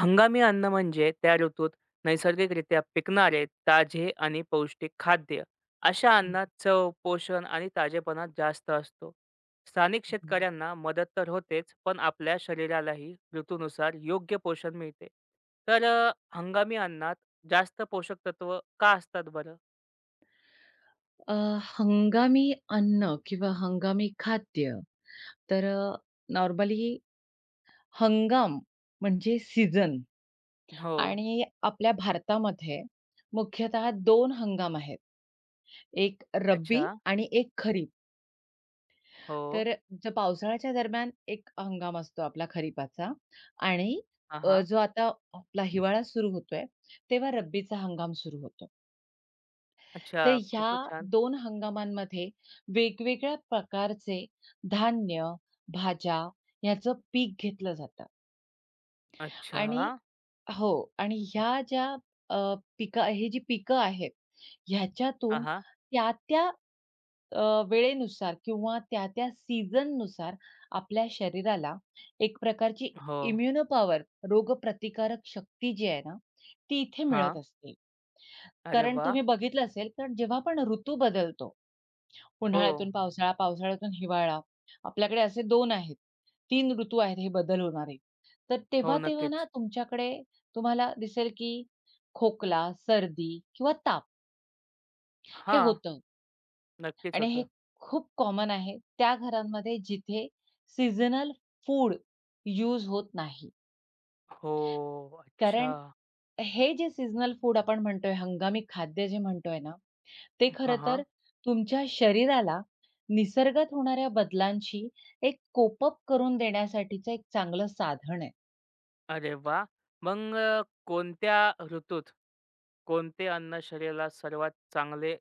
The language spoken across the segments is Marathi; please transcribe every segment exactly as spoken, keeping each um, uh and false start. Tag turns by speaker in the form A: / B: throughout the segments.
A: हंगामी अन्न म्हणजे त्या ऋतूत नैसर्गिकरित्या पिकणारे ताजे आणि पौष्टिक खाद्य. अशा
B: हं,
A: अन्नात चव, पोषण आणि ताजेपणा जास्त असतो. स्थानिक
B: बरोबर.
A: शेतकऱ्यांना मदत तर होतेच, पण आपल्या शरीरालाही ऋतूनुसार योग्य पोषण मिळते. तर अ, हंगामी अन्नात जास्त पोषक तत्व का असतात बरं?
B: अ, हंगामी अन्न किंवा हंगामी खाद्य. तर अ, नॉर्मली हंगाम म्हणजे सीझन.
A: हो.
B: आणि आपल्या भारतामध्ये मुख्यतः दोन हंगाम आहेत. एक रब्बी
A: अच्छा.
B: आणि एक खरीप.
A: हो.
B: तर जो पावसाळ्याच्या दरम्यान एक हंगाम असतो आपला खरीपाचा, आणि
A: हां,
B: अ,
A: हां.
B: जो आता आपला हिवाळा सुरू होतोय, तेव्हा रब्बीचा हंगाम सुरू होतो. तर
A: अच्छा.
B: ह्या
A: खूपच छान.
B: दोन हंगामांमध्ये वेगवेगळ्या प्रकारचे धान्य, भाज्या ह्याचं पीक घेतलं जातं. आणि
A: अच्छा.
B: हो, आणि ह्या ज्या अ, पिकं हे जी पिकं आहेत,
A: हां,
B: ह्याच्यातून
A: हां.
B: त्या त्या अ, वेळेनुसार किंवा त्या त्या सीझननुसार आपल्या शरीराला एक प्रकारची
A: हो.
B: इम्युनो पॉवर रोगप्रतिकारक शक्ती जी आहे ना, ती इथे मिळत
A: हां.
B: असते.
A: अरे
B: कारण
A: वाह!
B: तुम्ही बघितलं असेल, तर जेव्हा पण ऋतू बदलतो,
A: हो.
B: उन्हाळ्यातून पावसाळा, पावसाळ्यातून हिवाळा. आपल्याकडे असे दोन आहेत. तीन ऋतू आहेत हे बदल होणारे. तर
A: हो,
B: तेव्हा-तेव्हा ना
A: नक्कीच.
B: तुमच्याकडे तुम्हाला दिसेल की खोकला, सर्दी किंवा ताप हे
A: हां.
B: होतं.
A: नक्कीच
B: आणि हे
A: होतं.
B: खूप कॉमन आहे त्या घरांमध्ये जिथे सीझनल फूड यूज होत नाही.
A: हो.
B: कारण
A: अच्छा.
B: हे जे सीझनल फूड आपण म्हणतोय, हंगामी खाद्य जे म्हणतोय ना ते खरं
A: हा, हा,
B: तर तुमच्या शरीराला निसर्गात होणाऱ्या बदलांशी एक कोप करून देण्यासाठीचं एक चांगलं साधन आहे.
A: अरे वाह! मग अ, कोणत्या ऋतूत कोणते अन्न शरीराला सर्वात चांगले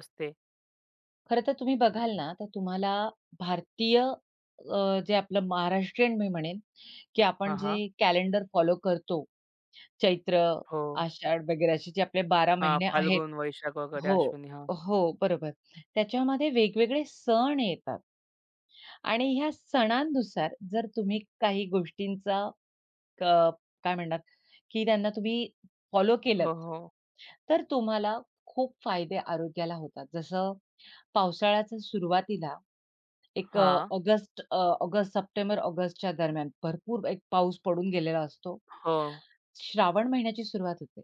A: असते?
B: खरं तर तुम्ही बघाल ना, तर तुम्हाला भारतीय अ, जे आपलं महाराष्ट्रीयन मी म्हणेन, की
A: हा,
B: आपण जे
A: हा,
B: कॅलेंडर फॉलो करतो, चैत्र,
A: हो.
B: आषाढ वगैरे असे जे आपले बारा
A: हां,
B: महिने आहेत.
A: फाल्गुन, वैशाख वगैरे
B: हो,
A: अश्विनी. हा,
B: हो, बरोबर. त्याच्यामध्ये वेगवेगळे सण येतात आणि ह्या सणांनुसार जर तुम्ही काही गोष्टींचा क काय म्हणणार, की त्यांना तुम्ही फॉलो
A: हो,
B: केलत,
A: हो.
B: तर तुम्हाला खूप फायदे आरोग्याला होतात. जसं पावसाळ्याच्या सुरुवातीला एक अ,
A: हा,
B: ऑगस्ट अ, ऑगस्ट, सप्टेंबर, ऑगस्टच्या दरम्यान भरपूर एक पाऊस पडून गेलेला असतो.
A: हो.
B: श्रावण महिन्याची सुरुवात होते.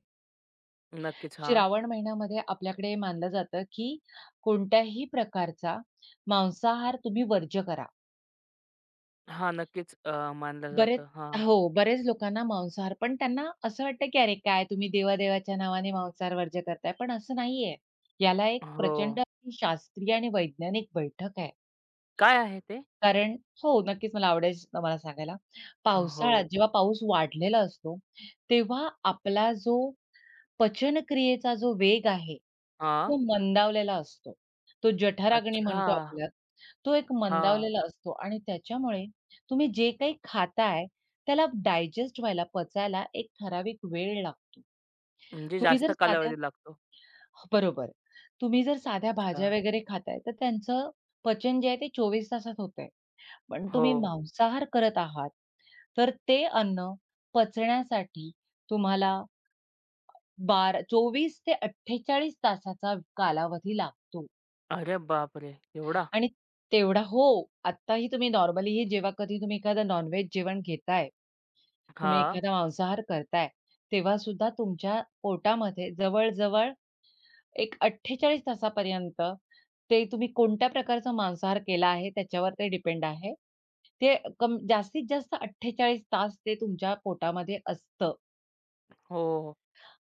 A: नक्कीच. हां.
B: श्रावण महिन्यामध्ये आपल्याकडे मानलं जातं, की कोणत्याही प्रकारचा मांसाहार तुम्ही वर्ज्य करा.
A: हां, नक्कीच अ, मानलं
B: बरेच
A: जातं. हां.
B: हो, बरेच लोकांना मांसाहार पण त्यांना असं वाटतं, की "अरे काय तुम्ही देवादेवाच्या नावाने मांसाहार वर्ज्य करताय." पण असं नाहीये. याला एक
A: हो.
B: प्रचंड अशी शास्त्रीय आणि वैज्ञानिक बैठक आहे.
A: काय आहे ते?
B: कारण हो, नक्कीच मला आवडेल तुम्हाला सांगायला.
A: हो.
B: पावसाळ्यात जेव्हा पाऊस वाढलेला असतो, तेव्हा आपला जो पचनक्रियेचा जो वेग आहे,
A: हां.
B: तो मंदावलेला असतो. तो जठराग्नी
A: अच्छा.
B: म्हणतो आपल्यात, तो एक
A: हां.
B: मंदावलेला असतो आणि त्याच्यामुळे तुम्ही जे काही खाताय, त्याला डायजेस्ट व्हायला, पचायला एक ठराविक वेळ लागतो.
A: म्हणजे
B: तुम्ही
A: जास्त
B: जर साध्या
A: कालावधी लागतो.
B: बरोबर. तुम्ही जर साध्या भाज्या
A: अच्छा.
B: वगैरे खाताय, तर त्यांचं पचन जे आहे ते चोवीस तासात होतंय. पण
A: हो.
B: तुम्ही मांसाहार करत आहात, तर ते अन्न पचण्यासाठी तुम्हाला बारा चोवीस ते अठ्ठेचाळीस तासाचा कालावधी लागतो.
A: अरे बापरे! एवढा?
B: आणि तेवढा हो, आत्ताही तुम्ही नॉर्मलीही जेव्हा कधी तुम्ही एखादं नॉन-व्हेज जेवण घेताय, तुम्ही
A: हां.
B: एखादा मांसाहार करताय, तेव्हा सुद्धा तुमच्या पोटामध्ये जवळ एक अठ्ठेचाळीस तासापर्यंत ते तुम्ही कोणत्या प्रकारचा मांसाहार केला आहे त्याच्यावर ते डिपेंड आहे. ते कम जास्तीत जास्त अठ्ठेचाळीस तास ते तुमच्या पोटामध्ये असतं.
A: हो, हो.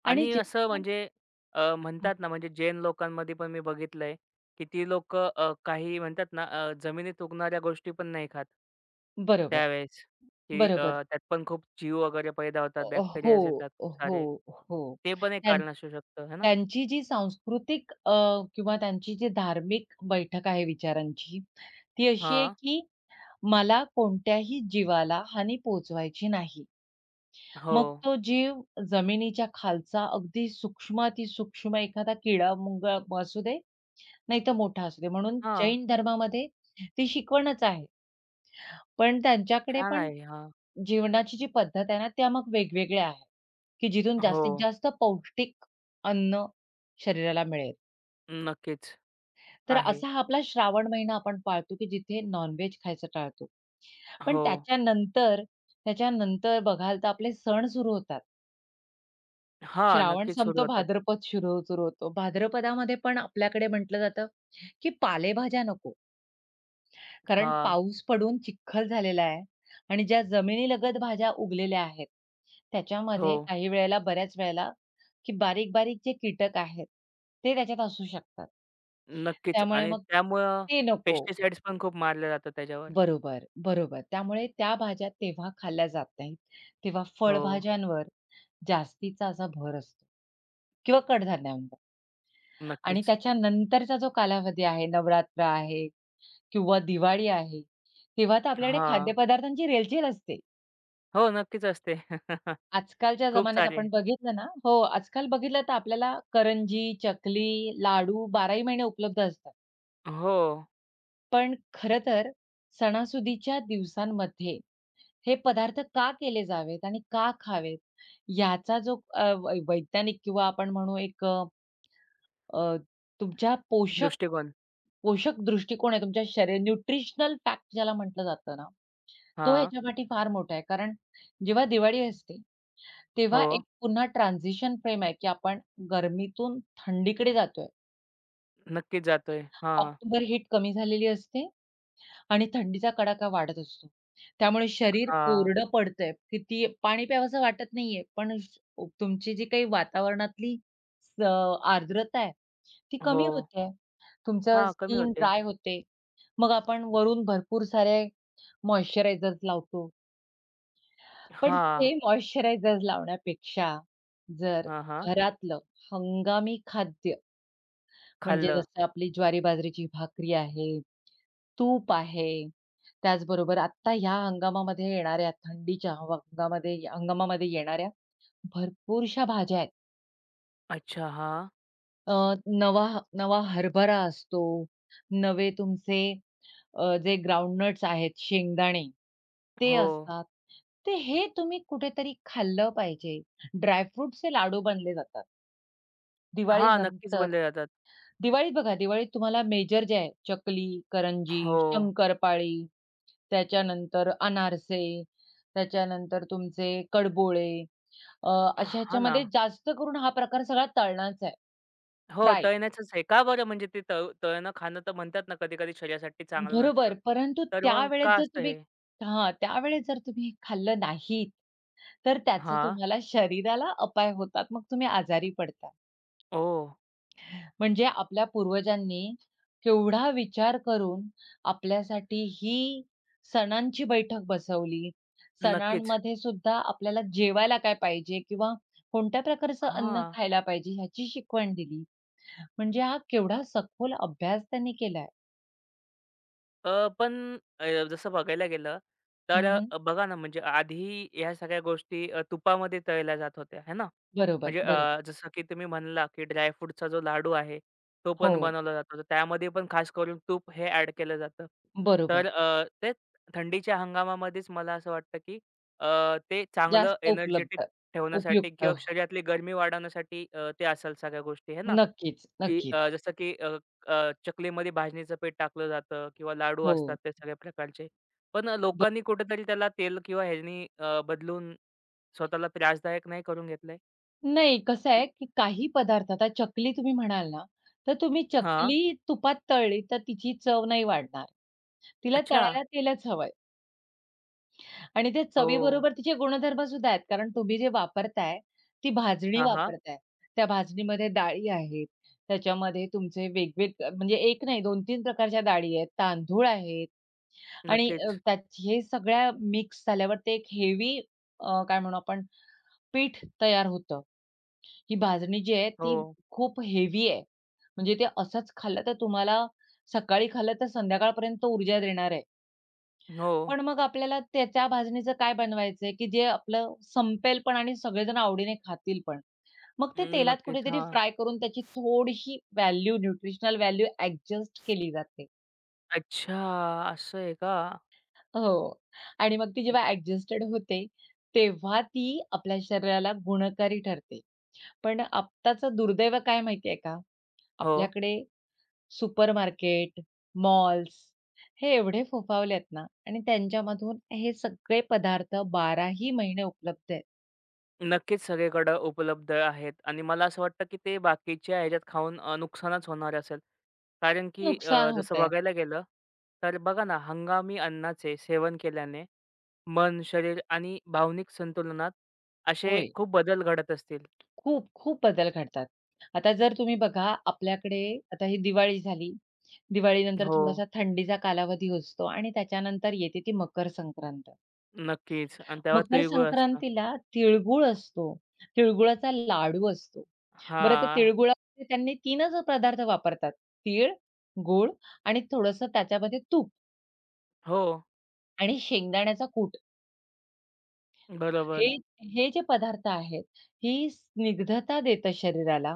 B: आणि
A: आणि असं
B: जेव्हा
A: म्हणजे अ, म्हणतात ना, म्हणजे जैन लोकांमध्ये पण मी बघितलंय, की ती लोक काही म्हणतात ना, अ, जमिनीत उगणाऱ्या गोष्टी पण नाही खात.
B: बरोबर,
A: त्यावेळेस, की अ,
B: बरोबर.
A: त्यात पण खूप जीव वगैरे पैदा होतात,
B: अ, हो,
A: बॅक्टेरियाज येतात खूप
B: हो,
A: सारे.
B: हो.
A: ते पण एक
B: त्यां
A: कारण असू शकतं, है ना?
B: त्यांची जी सांस्कृतिक अ, किंवा त्यांची जी धार्मिक बैठक आहे विचारांची, ती अशी आहे
A: हां.
B: की मला कोणत्याही जीवाला हानी पोहोचवायची नाही.
A: हो.
B: मग तो जीव जमिनीच्या खालचा अगदी सूक्ष्मातिसूक्ष्म एखादा किडा-मुंगळा असू दे, नाहीतर मोठा असू दे. म्हणून
A: हां.
B: जैन धर्मामध्ये ती शिकवणच आहे. पण त्यांच्याकडे
A: छान
B: पण
A: आहे. हां.
B: जेवणाची जी पद्धत आहे ना, त्या मग वेगवेगळ्या आहेत, की जिथून
A: हो.
B: जास्तीत जास्त पौष्टिक अन्न शरीराला मिळेल.
A: नक्कीच
B: तर
A: आहे.
B: असा हा आपला श्रावण महिना आपण पाळतो, की जिथे नॉन-व्हेज खायचं टाळतो. पण
A: हो.
B: त्याच्यानंतर त्याच्यानंतर बघाल तर आपले सण सुरू होतात.
A: हां.
B: श्रावण
A: नक्कीच सुरू
B: संपतो,
A: होतात.
B: भाद्रपद सुरू सुरू होतो. भाद्रपदामध्ये पण आपल्याकडे म्हटलं जातं, की पालेभाज्या नको. कारण
A: हां.
B: पाऊस पडून चिखल झालेला आहे आणि ज्या जमिनीलगत भाज्या उगलेल्या आहेत,
A: हो.
B: त्याच्यामध्ये काही वेळेला बऱ्याच वेळेला की बारीक-बारीक जे कीटक आहेत, ते त्याच्यात असू शकतात.
A: नक्कीच
B: त्यामुळे
A: आणि
B: मग
A: त्यामुळं
B: ते नको.
A: पेस्टिसाइड्स पण खूप मारले जातात त्याच्यावर.
B: बरोबर, बरोबर. त्यामुळे त्या भाज्या तेव्हा खाल्ल्या जात नाहीत. तेव्हा
A: हो,
B: फळभाज्यांवर जास्तीचा असा भर असतो किंवा कडधान्यांवर. आणि
A: नक्कीच.
B: त्याच्यानंतरचा जो कालावधी आहे, नवरात्र आहे किंवा दिवाळी आहे, तेव्हा तर आपल्याकडे
A: हां.
B: खाद्यपदार्थांची रेलचेल असते.
A: हो, नक्कीच असते.
B: आजकालच्या
A: खूप
B: जमान्यात आपण
A: सारे.
B: बघितलं ना हो, आजकाल बघितलं तर आपल्याला करंजी, चकली, लाडू बाराही महिने उपलब्ध असतात.
A: हो,
B: पण खरं तर सणासुदीच्या दिवसांमध्ये हे पदार्थ का केले जावेत आणि का खावेत? याचा जो अ, वै वैज्ञानिक किंवा आपण म्हणू एक अ, अ, तुमच्या पोषक
A: दृष्टिकोन.
B: पोषक दृष्टिकोन आहे तुमच्या शरीर न्यूट्रिशनल फॅक्ट ज्याला म्हटलं जातं ना, तो
A: हां.
B: ह्याच्यापाठी फार मोठा आहे. कारण जेव्हा दिवाळी असते, तेव्हा
A: हो,
B: एक पुन्हा ट्रान्झिशन फ्रेम आहे, की आपण गरमीतून थंडीकडे जातोय.
A: नक्कीच जातोय. हां,
B: ऑक्टोबर हीट कमी झालेली असते आणि थंडीचा कडाका वाढत असतो. त्यामुळे शरीर
A: हां.
B: कोरडं पडतंय. किती पाणी प्यावसं वाटत नाहीये, पण श तुमची जी काही वातावरणातली स आर्द्रता आहे, ती कमी
A: हो.
B: होते. तुमचं
A: हां, कमी
B: स्किन
A: होते.
B: ड्राय होते. मग आपण वरून भरपूर सारे मॉइश्चरायझर्स लावतो. पण
A: हां,
B: ते मॉइश्चरायझर्स लावण्यापेक्षा जर
A: हां, हां.
B: घरातलं हंगामी खाद्य म्हणजे
A: खाल्लं.
B: जसं आपली ज्वारी बाजरीची भाकरी आहे, तूप आहे, त्याचबरोबर आत्ता ह्या हंगामामध्ये येणाऱ्या थंडीच्या हवा- हंगामामध्ये हंगामामध्ये येणाऱ्या भरपूरशा भाज्या आहेत.
A: अच्छा, हां.
B: अ, नवा नवा हरभरा असतो, नवे तुमचे अ, जे ग्राउंडनट्स आहेत, शेंगदाणे ते
A: हो.
B: असतात. ते हे तुम्ही कुठेतरी खाल्लं पाहिजे. ड्रायफ्रुट्सचे लाडू बनले जातात
A: हां, नक्कीच
B: दिवाळीनंतर.
A: बनले जातात.
B: दिवाळीत बघा, दिवाळीत तुम्हाला मेजर जे आहे चकली, करंजी,
A: हो.
B: शंकरपाळी, त्याच्यानंतर अनारसे, त्याच्यानंतर तुमचे कडबोळे अ, अशा
A: हां ना.
B: ह्याच्यामध्ये जास्त करून हा प्रकार सगळा तळणाचा आहे.
A: हो,
B: फ्राय.
A: तळण्याचंच आहे. का बरं म्हणजे ते तळ तळणं खाणं तर म्हणतात ना, कधी-कधी शरीरासाठी चांगलं नसतं.
B: बरोबर, परंतु
A: तर मग
B: त्यावेळेस
A: का
B: जर
A: असतं
B: तुम्ही,
A: हे?
B: हां, त्यावेळेस जर तुम्ही खाल्लं नाहीत, तर त्याचं
A: हां.
B: तुम्हाला शरीराला अपाय होतात. मग तुम्ही आजारी पडता.
A: ओ
B: म्हणजे आपल्या पूर्वजांनी केवढा विचार करून आपल्यासाठी ही सणांची बैठक बसवली.
A: नक्कीच.
B: सणांमध्ये सुद्धा आपल्याला जेवायला काय पाहिजे किंवा कोणत्या प्रकारचं अन्न
A: हां.
B: खायला पाहिजे ह्याची शिकवण दिली. म्हणजे हा केवढा सखोल अभ्यास त्यांनी केलाय.
A: अ, पण अ, जसं बघायला गेलं तर
B: हं,
A: अ, बघा ना, म्हणजे आधी ह्या सगळ्या गोष्टी अ, तुपामध्ये तळल्या जात होत्या, है ना?
B: बरोबर,
A: म्हणजे
B: बरोबर.
A: अ, जसं की तुम्ही म्हणला, की ड्रायफ्रूटचा जो लाडू आहे, तो
B: हो,
A: पण बनवला जातो. तर त्यामध्ये पण खास करून तूप हे ॲड केलं जातं.
B: बरोबर.
A: तर अ, ते थंडीच्या हंगामामध्येच मला असं वाटतं, की अ, ते चांगलं
B: जास्त
A: एनर्जेटिक
B: उपलब्ध,
A: ठेवण्यासाठी
B: उपयुक्त.
A: किंवा शरीरातली गरमी वाढवण्यासाठी अ, ते असेल सगळ्या गोष्टी, है ना?
B: नक्कीच,
A: की
B: नक्कीच.
A: अ, जसं की अ, अ, चकलीमध्ये भाजणीचं पीठ टाकलं जातं किंवा लाडू
B: हो.
A: असतात ते सगळ्या प्रकारचे. पण अ,
B: बरं.
A: लोकांनी कुठेतरी त्याला तेल किंवा ह्यानी अ, बदलून स्वतःला त्रासदायक नाही करून घेतलंय?
B: नाही कसं आहे, की काही पदार्थ आता चकली तुम्ही म्हणाल ना, तर तुम्ही
A: हां.
B: चकली तुपात तळली तर तिची चव नाही वाढणार. तिला
A: अच्छा.
B: तळायला तेलच हवंय. आणि त्या
A: हो.
B: चवीबरोबर तिचे गुणधर्म सुद्धा आहेत. कारण तुम्ही जे वापरताय, ती भाजणी
A: हां, हां.
B: वापरताय. त्या भाजणीमध्ये डाळी आहेत, त्याच्यामध्ये तुमचे वेगवेग म्हणजे एक नाही दोन ते तीन प्रकारच्या डाळी आहेत, तांदूळ आहेत. आणि अ,
A: नक्कीच.
B: त्यात हे सगळ्या मिक्स झाल्यावर ते एक हेवी काय म्हणू आपण पीठ तयार होतं. ही भाजणी जी आहे
A: हो.
B: ती खूप हेवी आहे. म्हणजे ते असंच खाल्लं तर तुम्हाला सकाळी खाल्लं तर संध्याकाळपर्यंत ऊर्जा देणार आहे.
A: हो.
B: पण मग आपल्याला त्याच्या भाजणीचं काय बनवायचंय, की जे आपलं संपेल पण आणि सगळेजण आवडीने खातील पण. मग ते
A: अं,
B: तेलात
A: नक्कीच.
B: कुठेतरी
A: हां.
B: फ्राय करून त्याची थोडीशी व्हॅल्यू न्यूट्रिशनल व्हॅल्यू ॲडजस्ट केली जाते.
A: अच्छा, असं आहे का?
B: हो. आणि मग ती जेव्हा ॲडजस्टेड होते, तेव्हा ती आपल्या शरीराला गुणकारी ठरते. पण आत्ताचं दुर्दैव काय माहिती आहे का?
A: हो.
B: आपल्याकडे सुपर मार्केट, मॉल्स हे एवढे फोफावलेत ना आणि त्यांच्यामधून हे सगळे पदार्थ बाराही महिने उपलब्ध आहेत.
A: नक्कीच सगळीकडं उपलब्ध आहेत आणि मला असं वाटतं की ते बाकीच्या ह्याच्यात खाऊन अ, नुकसानच होणार असेल. कारण की अ,
B: नुकसान
A: जसं
B: होतंय.
A: बघायला गेलं, तर बघा ना, हंगामी अन्नाचे सेवन केल्याने मन, शरीर आणि भावनिक संतुलनात असे
B: होय.
A: खूप बदल घडत असतील.
B: खूप, खूप बदल घडतात. आता जर तुम्ही बघा आपल्याकडे आता ही दिवाळी झाली. दिवाळीनंतर
A: हो,
B: थोडासा थंडीचा कालावधी असतो आणि त्याच्यानंतर येते ती मकर संक्रांत.
A: नक्कीच आणि तेव्हा
B: मकर
A: तिळगुळ असतं.
B: संक्रांतीला तिळगूळ असतो. तिळगुळाचा लाडू असतो. बरं त्या
A: हां.
B: तिळगुळामध्ये त्यांनी तीनच पदार्थ वापरतात. तीळ, गूळ आणि थोडंसं त्याच्यामध्ये तूप
A: हो,
B: आणि शेंगदाण्याचा कूट. हे
A: बरोबर.
B: हे जे पदार्थ आहेत, ही स्निग्धता देतं शरीराला.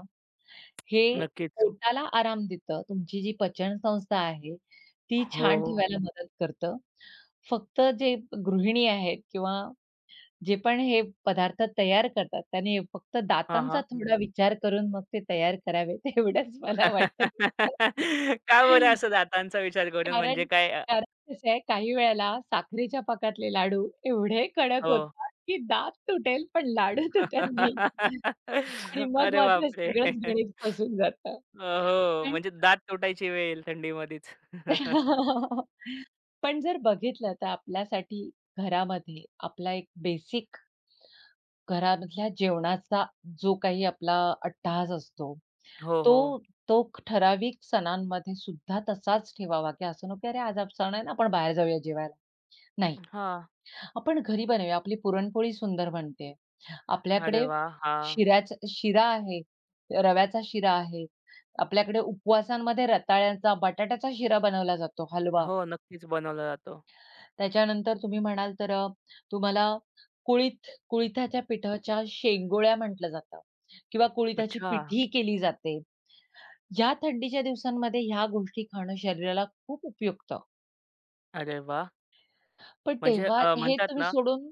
B: हे
A: नक्कीच.
B: पोटाला आराम देतं. तुमची जी पचन संस्था आहे, ती
A: हो,
B: छान
A: हो.
B: ठेवायला मदत करतं. फक्त जे गृहिणी आहेत किंवा जे पण हे पदार्थ तयार करतात, त्याने फक्त
A: हां,
B: दातांचा
A: हां.
B: थोडा विचार करून मग ते तयार करावे, एवढंच मला वाटत असतं.
A: का बरं असं दातांचा विचार करून
B: कारण
A: म्हणजे काय अ,
B: कारण कसं आहे काही वेळेला साखरेच्या पाकातले लाडू एवढे कडक
A: हो.
B: होतात, की दात तुटेल पण लाडू तुटत नाही. आणि मग
A: अरे
B: मात्र
A: बापरे!
B: सगळंच गणित फसून जातं.
A: हो, हो.
B: पण
A: म्हणजे दात तुटायची वेळ थंडीमध्येच.
B: पण जर बघितलं तर आपल्यासाठी घरामध्ये आपला एक बेसिक घरामधल्या जेवणाचा जो काही आपला अट्टाहास असतो,
A: हो,
B: तो
A: हो.
B: तो ठराविक सणांमध्ये सुद्धा तसाच ठेवावा, की असं नको की "अरे, आज आप सण आहे ना, आपण बाहेर जाऊया जेवायला." नाही,
A: हां.
B: आपण घरी बनवूया. आपली पुरणपोळी सुंदर बनते.
A: अरे
B: आपल्याकडे
A: वाह! हां.
B: शिऱ्याचा शिरा आहे, रव्याचा शिरा आहे. आपल्याकडे उपवासांमध्ये रताळ्याचा, बटाट्याचा शिरा बनवला जातो, हलवा.
A: हो, नक्कीच बनवला जातो.
B: त्याच्यानंतर तुम्ही म्हणाल तर अ, तुम्हाला कुळीथ कुळिथाच्या पिठाच्या शेंगोळ्या म्हटलं जातं किंवा कुळिथाची
A: अच्छा.
B: पिठी केली जाते. या थंडीच्या दिवसांमध्ये ह्या गोष्टी खाणं शरीराला खूप उपयुक्त.
A: अरे वाह!
B: पण
A: म्हणजे
B: तेव्हा
A: अ,
B: हे
A: म्हणतात
B: तुम्ही
A: ना,
B: सोडून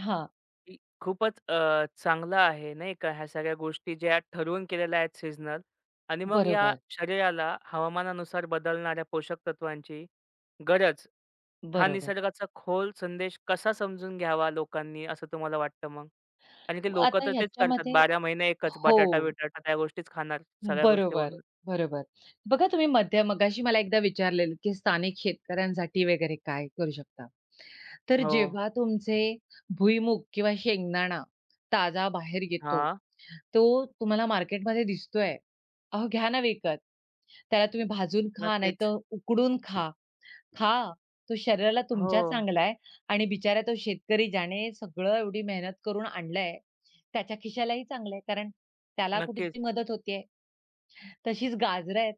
B: हां,
A: की खूपच अ, चांगलं आहे नाही का, ह्या सगळ्या गोष्टी ज्या ठरवून केलेल्या आहेत सीझनल आणि मग या
B: बरोबर,
A: शरीराला हवामानानुसार बदलणाऱ्या पोषक तत्वांची गरज, हा
B: बरोबर.
A: निसर्गाचा खोल संदेश कसा समजून घ्यावा लोकांनी, असं तुम्हाला वाटतं मग? आणि ते लोकं
B: आता
A: तर तेच करतात.
B: ह्याच्यामध्ये
A: बारा महिने एकच
B: हो,
A: बटाटा-बिटाटा त्या गोष्टीच खाणार, सगळ्या गोष्टी
B: बरोबर,
A: बनवून.
B: बरोबर. बघा तुम्ही मध्य मगाशी मला एकदा विचारलेलं, की स्थानिक शेतकऱ्यांसाठी वगैरे काय करू शकता? तर
A: हो.
B: जेव्हा तुमचे भुईमूग किंवा शेंगदाणा ताजा बाहेर येतो,
A: हां.
B: तो तुम्हाला मार्केटमध्ये दिसतोय. अहो घ्या ना विकत. त्याला तुम्ही भाजून खा,
A: नक्कीच.
B: नाहीतर उकडून खा. हां, तो शरीराला तुमच्या
A: हो,
B: चांगला आहे. आणि बिचारा तो शेतकरी ज्याने सगळं एवढी मेहनत करून आणलंय, त्याच्या खिशालाही चांगलं आहे, कारण त्याला
A: नक्कीच.
B: कुठेतरी मदत होतीये. तशीच गाजरं आहेत.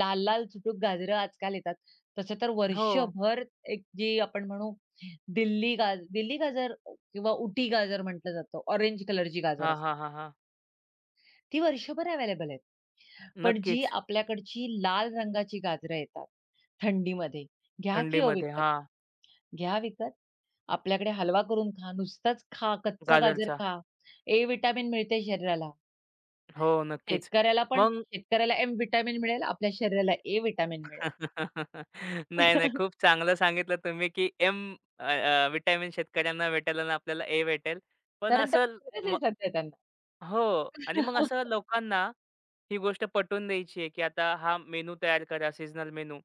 B: लाल-लाल चुटूक गाजरं आजकाल येतात. तसं तर
A: हो.
B: वर्षभर एक जी आपण म्हणू दिल्ली गाज दिल्ली गाजर किंवा उटी गाजर म्हटलं जातं. ऑरेंज कलरची गाजर
A: हां,
B: असते.
A: हां, हां, हां.
B: ती वर्षभर अवेलेबल आहेत. पण जी
A: नक्कीच.
B: आपल्याकडची लाल रंगाची गाजरं येतात थंडीमध्ये, घ्या की हो
A: थंडीमध्ये.
B: विकत.
A: हां,
B: घ्या विकत. आपल्याकडे हलवा करून खा, नुसताच खा, कच्चं गाजर
A: गाजरचा.
B: खा. ए विटामिन मिळते शरीराला.
A: हो, नक्कीच.
B: शेतकऱ्याला पण
A: मग
B: शेतकऱ्याला एम विटामिन मिळेल, आपल्या शरीराला ए विटामिन मिळेल.
A: नाही, नाही. खूप चांगलं सांगितलं तुम्ही, की एम अ, अ, विटॅमिन शेतकऱ्यांना भेटेल आणि आपल्याला ए भेटेल. पण
B: कारण
A: असं
B: त्याची गरज
A: म
B: आहे सध्या त्यांना.
A: हो आणि मग असं लोकांना ही गोष्ट पटवून द्यायची आहे, की आता हा मेनू तयार करा, सीजनल मेनू.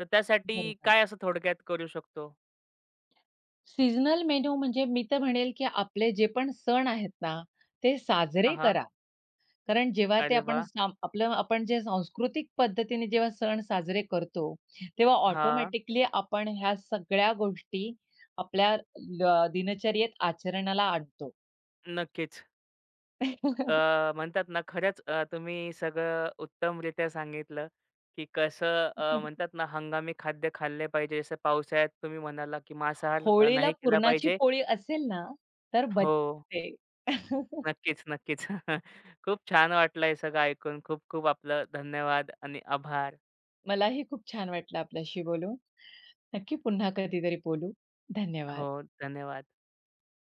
A: तर त्यासाठी
B: बरोबर.
A: काय असं थोडक्यात करू शकतो?
B: सीझनल मेनू म्हणजे मी तर म्हणेल, की आपले जे पण सण आहेत ना, ते साजरे
A: हां,
B: करा. कारण जेव्हा ते
A: अरे
B: आपण
A: वाह!
B: साम आपलं आपण जे सांस्कृतिक पद्धतीने जेव्हा सण साजरे करतो, तेव्हा
A: हां,
B: ऑटोमॅटिकली आपण ह्या सगळ्या गोष्टी आपल्या अ, दिनचर्येत आचरणाला आणतो.
A: नक्कीच. अ, म्हणतात ना खरंच अ, तुम्ही सगळं उत्तमरित्या सांगितलं, की कसं अ, म्हणतात ना हंगामी खाद्य खाल्ले पाहिजे. जसं पावसाळ्यात तुम्ही म्हणाला, की मांसाहार अ,
B: होळीला
A: नाही केला
B: पुरणाची
A: पाहिजे.
B: पोळी असेल ना, तर
A: हो.
B: बज्जी येते.
A: नक्कीच, नक्कीच. खूप छान वाटलं हे सगळं ऐकून. खूप खूप आपलं धन्यवाद आणि आभार.
B: मलाही खूप छान वाटलं आपल्याशी बोलून. नक्की पुन्हा कधीतरी बोलू. धन्यवाद.
A: हो, धन्यवाद.